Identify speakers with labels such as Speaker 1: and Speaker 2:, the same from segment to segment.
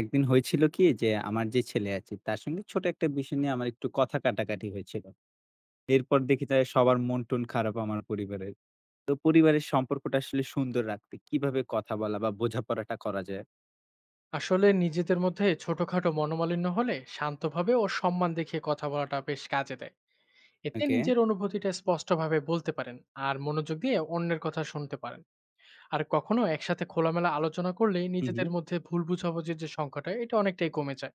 Speaker 1: একদিন হয়েছিল কি যে, আমার যে ছেলে আছে, তার সঙ্গে ছোট একটা বিষয় নিয়ে আমার একটু কথা কাটাকাটি হয়েছিল। এরপর দেখি যে সবার মন-টন খারাপ আমার পরিবারের। তো পরিবারের সম্পর্কটা আসলে সুন্দর রাখতে কিভাবে কথা বলা বা বোঝাপড়াটা করা যায়?
Speaker 2: আসলে নিজেদের মধ্যে ছোটখাটো মনোমালিন্য হলে শান্তভাবে ও সম্মান দেখিয়ে কথা বলাটা বেশ কাজে দেয়। এতে
Speaker 1: ওকে।
Speaker 2: নিজের অনুভূতিটা স্পষ্টভাবে বলতে পারেন, আর মনোযোগ দিয়ে অন্যের কথা শুনতে পারেন। আর কখনো একসাথে খোলামেলা আলোচনা করলে
Speaker 1: হু, হু।
Speaker 2: নিজেদের মধ্যে ভুল বুঝাবুঝির যে সংখ্যাটা এটা অনেকটাই কমে যায়।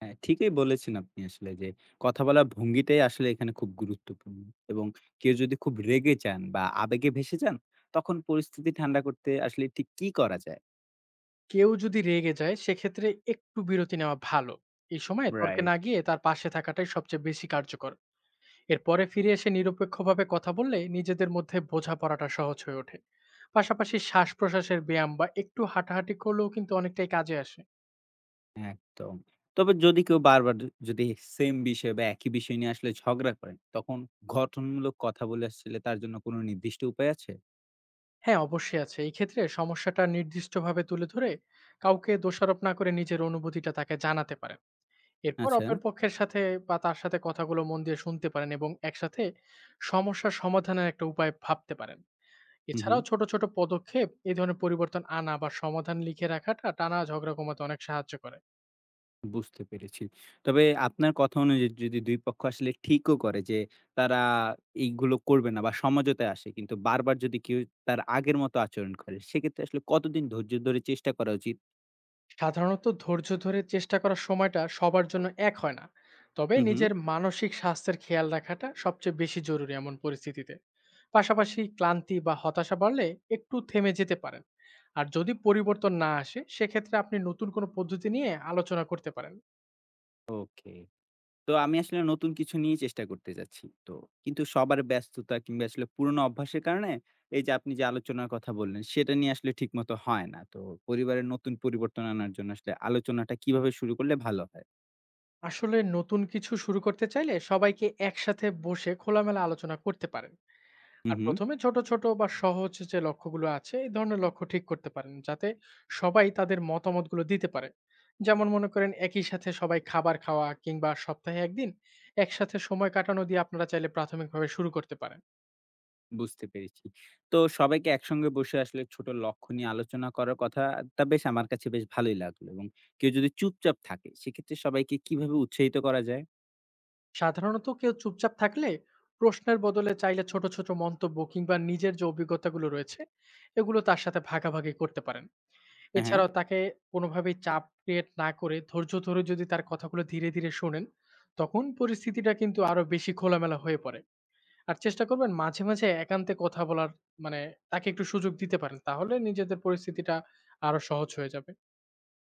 Speaker 1: হ্যাঁ, ঠিকই বলেছেন আপনি আসলে যে কথা বলার ভঙ্গিটাই আসলে এখানে খুব গুরুত্বপূর্ণ এবং কেউ যদি খুব রেগে যান বা আবেগে ভেসে যান, তখন পরিস্থিতি ঠান্ডা করতে আসলে ঠিক কি করা যায়?
Speaker 2: কেউ যদি রেগে যায় সেক্ষেত্রে একটু বিরতি নেওয়া ভালো। এই সময় তর্কে
Speaker 1: রাইট।
Speaker 2: না গিয়ে তার পাশে থাকাটাই সবচেয়ে বেশি কার্যকর। এরপরে ফিরে এসে নিরপেক্ষভাবে কথা বললে নিজেদের মধ্যে বোঝাপড়াটা সহজ হয়ে ওঠে। পাশাপাশি শ্বাস প্রশ্বাসের ব্যায়াম বা একটু হাঁটাহাঁটি করলেও কিন্তু অনেকটাই কাজে আসে।
Speaker 1: একদম। তবে যদি কেউ বারবার যদি সেম বিষয় বা একই বিষয় নিয়ে আসলে ঝগড়া করেন, তখন গঠনমূলক কথা বলে আসলে তার জন্য কোনো নির্দিষ্ট উপায় আছে?
Speaker 2: হ্যাঁ অবশ্যই আছে। এই ক্ষেত্রে সমস্যাটা নির্দিষ্টভাবে তুলে ধরে কাউকে দোষারোপ না করে নিজের অনুভূতিটা তাকে জানাতে পারেন। এরপর
Speaker 1: আচ্ছা।
Speaker 2: অপর পক্ষের সাথে বা তার সাথে কথাগুলো মন দিয়ে শুনতে পারেন এবং একসাথে সমস্যার সমাধানের একটা উপায় ভাবতে পারেন।
Speaker 1: হু, হু।
Speaker 2: এছাড়াও ছোট ছোট পদক্ষেপ এই ধরনের পরিবর্তন আনা বা সমাধান লিখে রাখাটা টানা ঝগড়া কমাতে অনেক সাহায্য করে।
Speaker 1: বুঝতে পেরেছি। তবে আপনার কথা অনুযায়ী যদি ২ পক্ষ আসলে ঠিকও করে যে তারা এইগুলো করবে না বা সমঝোতায় আসে। কিন্তু বারবার যদি কেউ তার আগের মতো আচরণ করে, সেক্ষেত্রে আসলে কতদিন ধৈর্য ধরে চেষ্টা করা উচিত?
Speaker 2: সাধারণত ধৈর্য ধরে চেষ্টা করার সময়টা সবার জন্য এক হয় না, তবে
Speaker 1: হু, হু।
Speaker 2: নিজের মানসিক স্বাস্থ্যের খেয়াল রাখাটা সবচেয়ে বেশি জরুরি এমন পরিস্থিতিতে। পাশাপাশি ক্লান্তি বা হতাশা বাড়লে একটু থেমে যেতে পারেন। আর যদি পরিবর্তন না আসে সেক্ষেত্রে আপনি নতুন কোনো পদ্ধতি নিয়ে আলোচনা করতে পারেন।
Speaker 1: ওকে। তো আমি আসলে নতুন কিছু নিয়ে চেষ্টা করতে যাচ্ছি। তো কিন্তু সবার ব্যস্ততা কিংবা আসলে পুরোনো অভ্যাসের কারণে এই যে আপনি যে আলোচনার কথা বললেন, সেটা নিয়ে আসলে ঠিকমতো হয় না। তো পরিবারের নতুন পরিবর্তন আনার জন্য আসলে আলোচনাটা কিভাবে শুরু করলে ভালো হয়?
Speaker 2: আসলে নতুন কিছু শুরু করতে চাইলে সবাইকে একসাথে বসে খোলামেলা আলোচনা করতে পারেন।
Speaker 1: হুম,
Speaker 2: আর
Speaker 1: হুম।
Speaker 2: ১ম এ ছোট, ছোট বা সহজ যে লক্ষ্যগুলো আছে, এই ধরনের লক্ষ্য ঠিক করতে পারেন, যাতে সবাই তাদের মতামতগুলো দিতে পারে। যেমন মনে করেন একই সাথে সবাই খাবার খাওয়া কিংবা সপ্তাহে ১ দিন একসাথে সময় কাটানো দিয়ে আপনারা চাইলে প্রাথমিকভাবে শুরু করতে পারেন।
Speaker 1: বুঝতে পেরেছি। তো সবাইকে একসঙ্গে বসে আসলে ছোট লক্ষ্য নিয়ে আলোচনা করার কথাটা বেশ আমার কাছে বেশ ভালোই লাগলো এবং কেউ যদি চুপচাপ থাকে, সেক্ষেত্রে সবাইকে কিভাবে উৎসাহিত করা যায়?
Speaker 2: সাধারণত কেউ চুপচাপ থাকলে প্রশ্নের বদলে চাইলে ছোট, ছোট মন্তব্য কিংবা নিজের যে অভিজ্ঞতাগুলো রয়েছে, এগুলো তার সাথে ভাগাভাগি করতে পারেন।
Speaker 1: হ্যাঁ, হ্যাঁ।
Speaker 2: এছাড়াও তাকে কোনোভাবেই চাপ ক্রিয়েট না করে ধৈর্য ধরে যদি তার কথাগুলো ধীরে, ধীরে শোনেন, তখন পরিস্থিতিটা কিন্তু আরো বেশি খোলামেলা হয়ে পড়ে। আর চেষ্টা করবেন মাঝে, মাঝে একান্তে কথা বলার, মানে তাকে একটু সুযোগ দিতে পারেন। তাহলে নিজেদের পরিস্থিতিটা আরো সহজ হয়ে যাবে।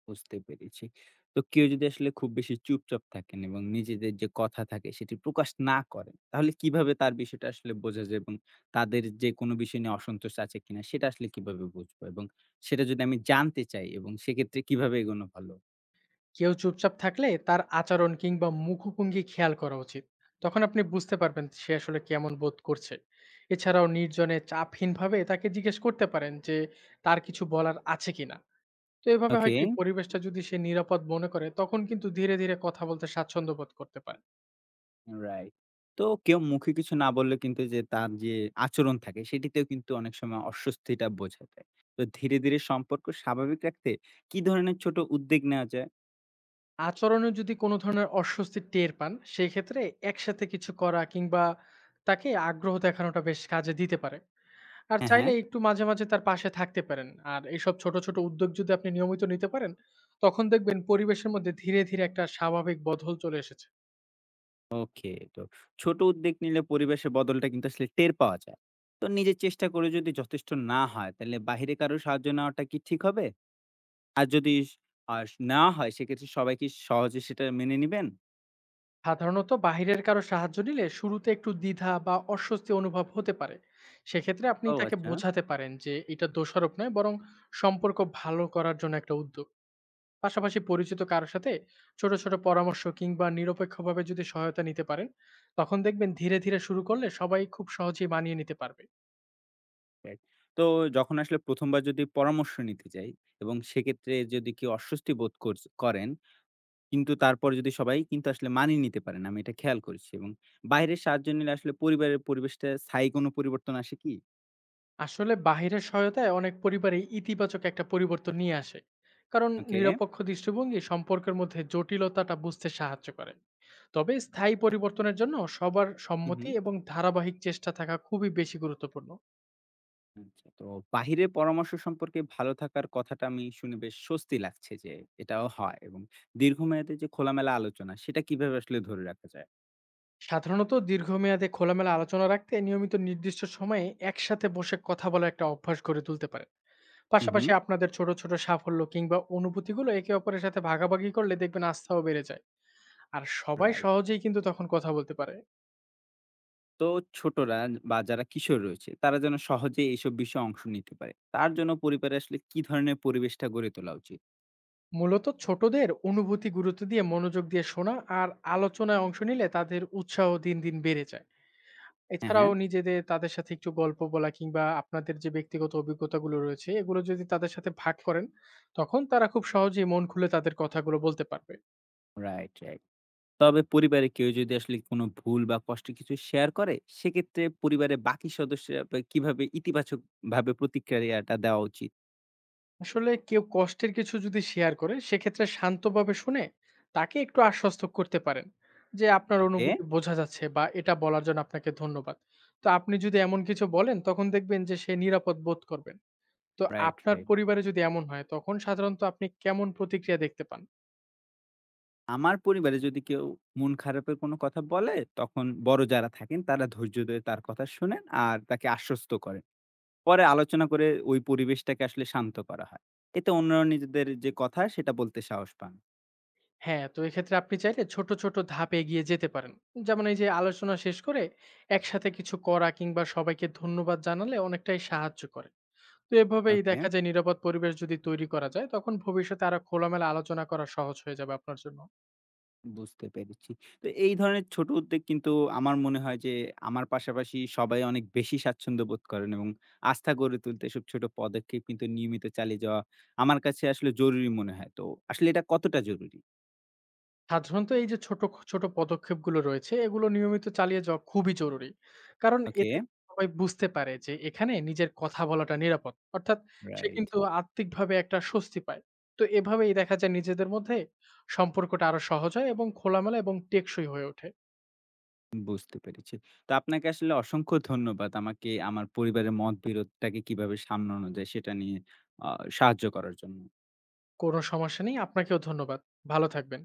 Speaker 1: বুঝতে পেরেছি। তো কেউ যদি আসলে খুব বেশি চুপচাপ থাকেন এবং নিজেদের যে কথা থাকে সেটি প্রকাশ না করেন, তাহলে কিভাবে তার বিষয়টা আসলে বোঝা যায় এবং তাদের যে কোনো বিষয় নিয়ে অসন্তোষ আছে কিনা সেটা আসলে কিভাবে বুঝবো? এবং সেটা যদি আমি জানতে চাই এবং সেক্ষেত্রে কিভাবে এগোনো ভালো?
Speaker 2: কেউ চুপচাপ থাকলে তার আচরণ কিংবা মুখভঙ্গি খেয়াল করা উচিত। তখন আপনি বুঝতে পারবেন সে আসলে কেমন বোধ করছে। এছাড়াও নির্জনে চাপহীনভাবে তাকে জিজ্ঞেস করতে পারেন যে তার কিছু বলার আছে কিনা? তো এভাবে হয়
Speaker 1: ওকে,
Speaker 2: কি পরিবেশটা যদি সে নিরাপদ মনে করে তখন কিন্তু ধীরে ধীরে কথা বলতে স্বাচ্ছন্দ্য বোধ করতে পারে।
Speaker 1: রাইট। তো কেউ মুখে কিছু না বললে কিন্তু যে তার যে আচরণ থাকে সেটিতেও কিন্তু অনেক সময় অস্বস্তিটা বোঝা যায়। তো ধীরে, ধীরে সম্পর্ক স্বাভাবিক রাখতে কি ধরনের ছোট উদ্যোগ নেওয়া যায়?
Speaker 2: আচরণে যদি কোনো ধরনের অস্বস্তি টের পান সেই ক্ষেত্রে একসাথে কিছু করা কিংবা তাকে আগ্রহ দেখানোটা বেশ কাজে দিতে পারে। আর
Speaker 1: হ্যাঁ, হ্যাঁ।
Speaker 2: চাইলে একটু মাঝে, মাঝে তার পাশে থাকতে পারেন। আর এইসব ছোট, ছোট উদ্যোগ যদি আপনি নিয়মিত নিতে পারেন তখন দেখবেন পরিবেশের মধ্যে ধীরে, ধীরে একটা স্বাভাবিক বদল চলে এসেছে।
Speaker 1: ওকে। তো ছোট উদ্যোগ নিলে পরিবেশের বদলটা কিন্তু আসলে টের পাওয়া যায়। তো নিজের চেষ্টা করে যদি যথেষ্ট না হয়, তাহলে বাহিরে কারো সাহায্য নেওয়াটা কি ঠিক হবে? আর যদি স আস না হয় সেক্ষেত্রে সবাই কি সহজে সেটা মেনে নিবেন?
Speaker 2: সাধারণত বাহিরের কারো সাহায্য নিলে শুরুতে একটু দ্বিধা বা অস্বস্তি অনুভব হতে পারে। সেক্ষেত্রে আপনি
Speaker 1: ও
Speaker 2: তাকে
Speaker 1: আচ্ছা।
Speaker 2: বোঝাতে পারেন যে এটা দোষারোপ নয়, বরং সম্পর্ক ভালো করার জন্য একটা উদ্যোগ। পাশাপাশি পরিচিত কারো সাথে ছোট ছোট পরামর্শ কিংবা নিরপেক্ষভাবে যদি সহায়তা নিতে পারেন তখন দেখবেন ধীরে ধীরে শুরু করলে সবাই খুব সহজেই মানিয়ে নিতে পারবে।
Speaker 1: রাইট। তো যখন আসলে প্রথম বার যদি পরামর্শ নিতে যাই এবং সেক্ষেত্রে যদি কেউ অস্বস্তি বোধ করেন, কিন্তু তারপরে যদি সবাই কিন্তু আসলে মানিয়ে নিতে পারেন। আমি এটা খেয়াল করেছি এবং বাইরের সাহায্য নিলে আসলে পরিবারের পরিবেশটা স্থায়ী কোনো পরিবর্তন আসে কি?
Speaker 2: আসলে বাহিরের সহায়তায় অনেক পরিবারই ইতিবাচক একটা পরিবর্তন নিয়ে আসে, কারণ
Speaker 1: ওকে।
Speaker 2: নিরপেক্ষ দৃষ্টিভঙ্গি সম্পর্কের মধ্যে জটিলতাটা বুঝতে সাহায্য করে। তবে স্থায়ী পরিবর্তনের জন্য সবার
Speaker 1: হু, হু।
Speaker 2: সম্মতি এবং ধারাবাহিক চেষ্টা থাকা খুবই বেশি গুরুত্বপূর্ণ।
Speaker 1: আচ্ছা, তো বাহিরের পরামর্শ সম্পর্কে ভালো থাকার কথাটা আমি শুনে বেশ স্বস্তি লাগছে যে এটাও হয় এবং দীর্ঘমেয়াদে যে খোলামেলা আলোচনা সেটা কিভাবে আসলে ধরে রাখা যায়?
Speaker 2: সাধারণত দীর্ঘমেয়াদে খোলামেলা আলোচনা রাখতে নিয়মিত নির্দিষ্ট সময়ে একসাথে বসে কথা বলার একটা অভ্যাস গড়ে তুলতে পারে।
Speaker 1: হুম,
Speaker 2: পাশাপাশি
Speaker 1: হুম।
Speaker 2: আপনাদের ছোট ছোট সাফল্য কিংবা অনুভূতিগুলো একে অপরের সাথে ভাগাভাগি করলে দেখবেন আস্থাও বেড়ে যায়। আর সবাই
Speaker 1: রাইট।
Speaker 2: সহজেই কিন্তু তখন কথা বলতে পারে।
Speaker 1: তো ছোটরা বা যারা কিশোর রয়েছে তারা যেন সহজে এইসব বিষয়ে অংশ নিতে পারে তার জন্য পরিবারে আসলে কি ধরনের পরিবেশটা গড়ে তোলা উচিত?
Speaker 2: মূলত ছোটদের অনুভূতি গুরুত্ব দিয়ে মনোযোগ দিয়ে শোনা আর আলোচনায় অংশ নিলে তাদের উৎসাহ দিন দিন বেড়ে যায়।
Speaker 1: হ্যাঁ,
Speaker 2: এছাড়াও
Speaker 1: হ্যাঁ।
Speaker 2: নিজেদের তাদের সাথে একটু গল্প বলা কিংবা আপনাদের যে ব্যক্তিগত অভিজ্ঞতাগুলো রয়েছে এগুলো যদি তাদের সাথে ভাগ করেন তখন তারা খুব সহজেই মন খুলে তাদের কথাগুলো বলতে পারবে।
Speaker 1: Right, right. তবে পরিবারে কেউ যদি আসলে কোনো ভুল বা কষ্ট কিছু শেয়ার করে সেক্ষেত্রে পরিবারের বাকি সদস্যরা কিভাবে ইতিবাচক ভাবে প্রতিক্রিয়াটা দেওয়া উচিত?
Speaker 2: আসলে কেউ কষ্টের কিছু যদি শেয়ার করে সেক্ষেত্রে শান্তভাবে শুনে তাকে একটু আশ্বস্ত করতে পারেন, যে আপনার
Speaker 1: ওকে।
Speaker 2: অনুভূতি বোঝা যাচ্ছে বা এটা বলার জন্য আপনাকে ধন্যবাদ। তো আপনি যদি এমন কিছু বলেন তখন দেখবেন যে সে নিরাপদ বোধ করবে। তো
Speaker 1: রাইট,
Speaker 2: আপনার
Speaker 1: রাইট।
Speaker 2: পরিবারে যদি এমন হয়, তখন সাধারণত আপনি কেমন প্রতিক্রিয়া দেখতে পান?
Speaker 1: আমার পরিবারে যদি কেউ মন খারাপের কোনো কথা বলে, তখন বড় যারা থাকেন তারা ধৈর্য ধরে তার কথা শোনেন আর তাকে আশ্বস্ত করেন। পরে আলোচনা করে ওই পরিবেশটাকে আসলে শান্ত করা হয়। এতে অন্যরা নিজেদের যে কথা সেটা বলতে সাহস পান।
Speaker 2: হ্যাঁ, তো এক্ষেত্রে আপনি চাইলে ছোট, ছোট ধাপে এগিয়ে যেতে পারেন। যেমন এই যে আলোচনা শেষ করে একসাথে কিছু করা কিংবা সবাইকে ধন্যবাদ জানালে অনেকটাই সাহায্য করে। তো এভাবেই
Speaker 1: ওকে,
Speaker 2: দেখা যায় নিরাপদ পরিবেশ যদি তৈরি করা যায়, তখন ভবিষ্যতে আরো খোলামেলা আলোচনা করা সহজ হয়ে যাবে আপনার জন্য।
Speaker 1: বুঝতে পেরেছি। তো এই ধরনের ছোট উদ্যোগ কিন্তু আমার মনে হয় যে আমার পাশাপাশি সবাই অনেক বেশি স্বাচ্ছন্দ্য বোধ করেন এবং আস্থা গড়ে তুলতে এসব ছোট পদক্ষেপ কিন্তু নিয়মিত চালিয়ে যাওয়া আমার কাছে আসলে জরুরি মনে হয়। তো আসলে এটা কতটা জরুরি?
Speaker 2: সাধারণত এই যে ছোট, ছোট পদক্ষেপগুলো রয়েছে এগুলো নিয়মিত চালিয়ে যাওয়া খুবই জরুরি। কারণ
Speaker 1: ওকে,
Speaker 2: এতে সবাই বুঝতে পারে যে এখানে নিজের কথা বলাটা নিরাপদ। অর্থাৎ সে
Speaker 1: রাইট।
Speaker 2: কিন্তু আত্মিকভাবে একটা স্বস্তি পায়। তো এভাবেই দেখা যায় নিজেদের মধ্যে সম্পর্কটা আরো সহজ হয় এবং খোলামেলা এবং টেকসই হয়ে ওঠে।
Speaker 1: বুঝতে পেরেছি। তো আপনাকে আসলে অসংখ্য ধন্যবাদ। আমাকে আমার পরিবারের মতবিরোধটাকে কিভাবে সামলানো যায় সেটা নিয়ে আ সাহায্য করার জন্য।
Speaker 2: কোনো সমস্যা নেই। আপনাকেও ধন্যবাদ। ভালো থাকবেন।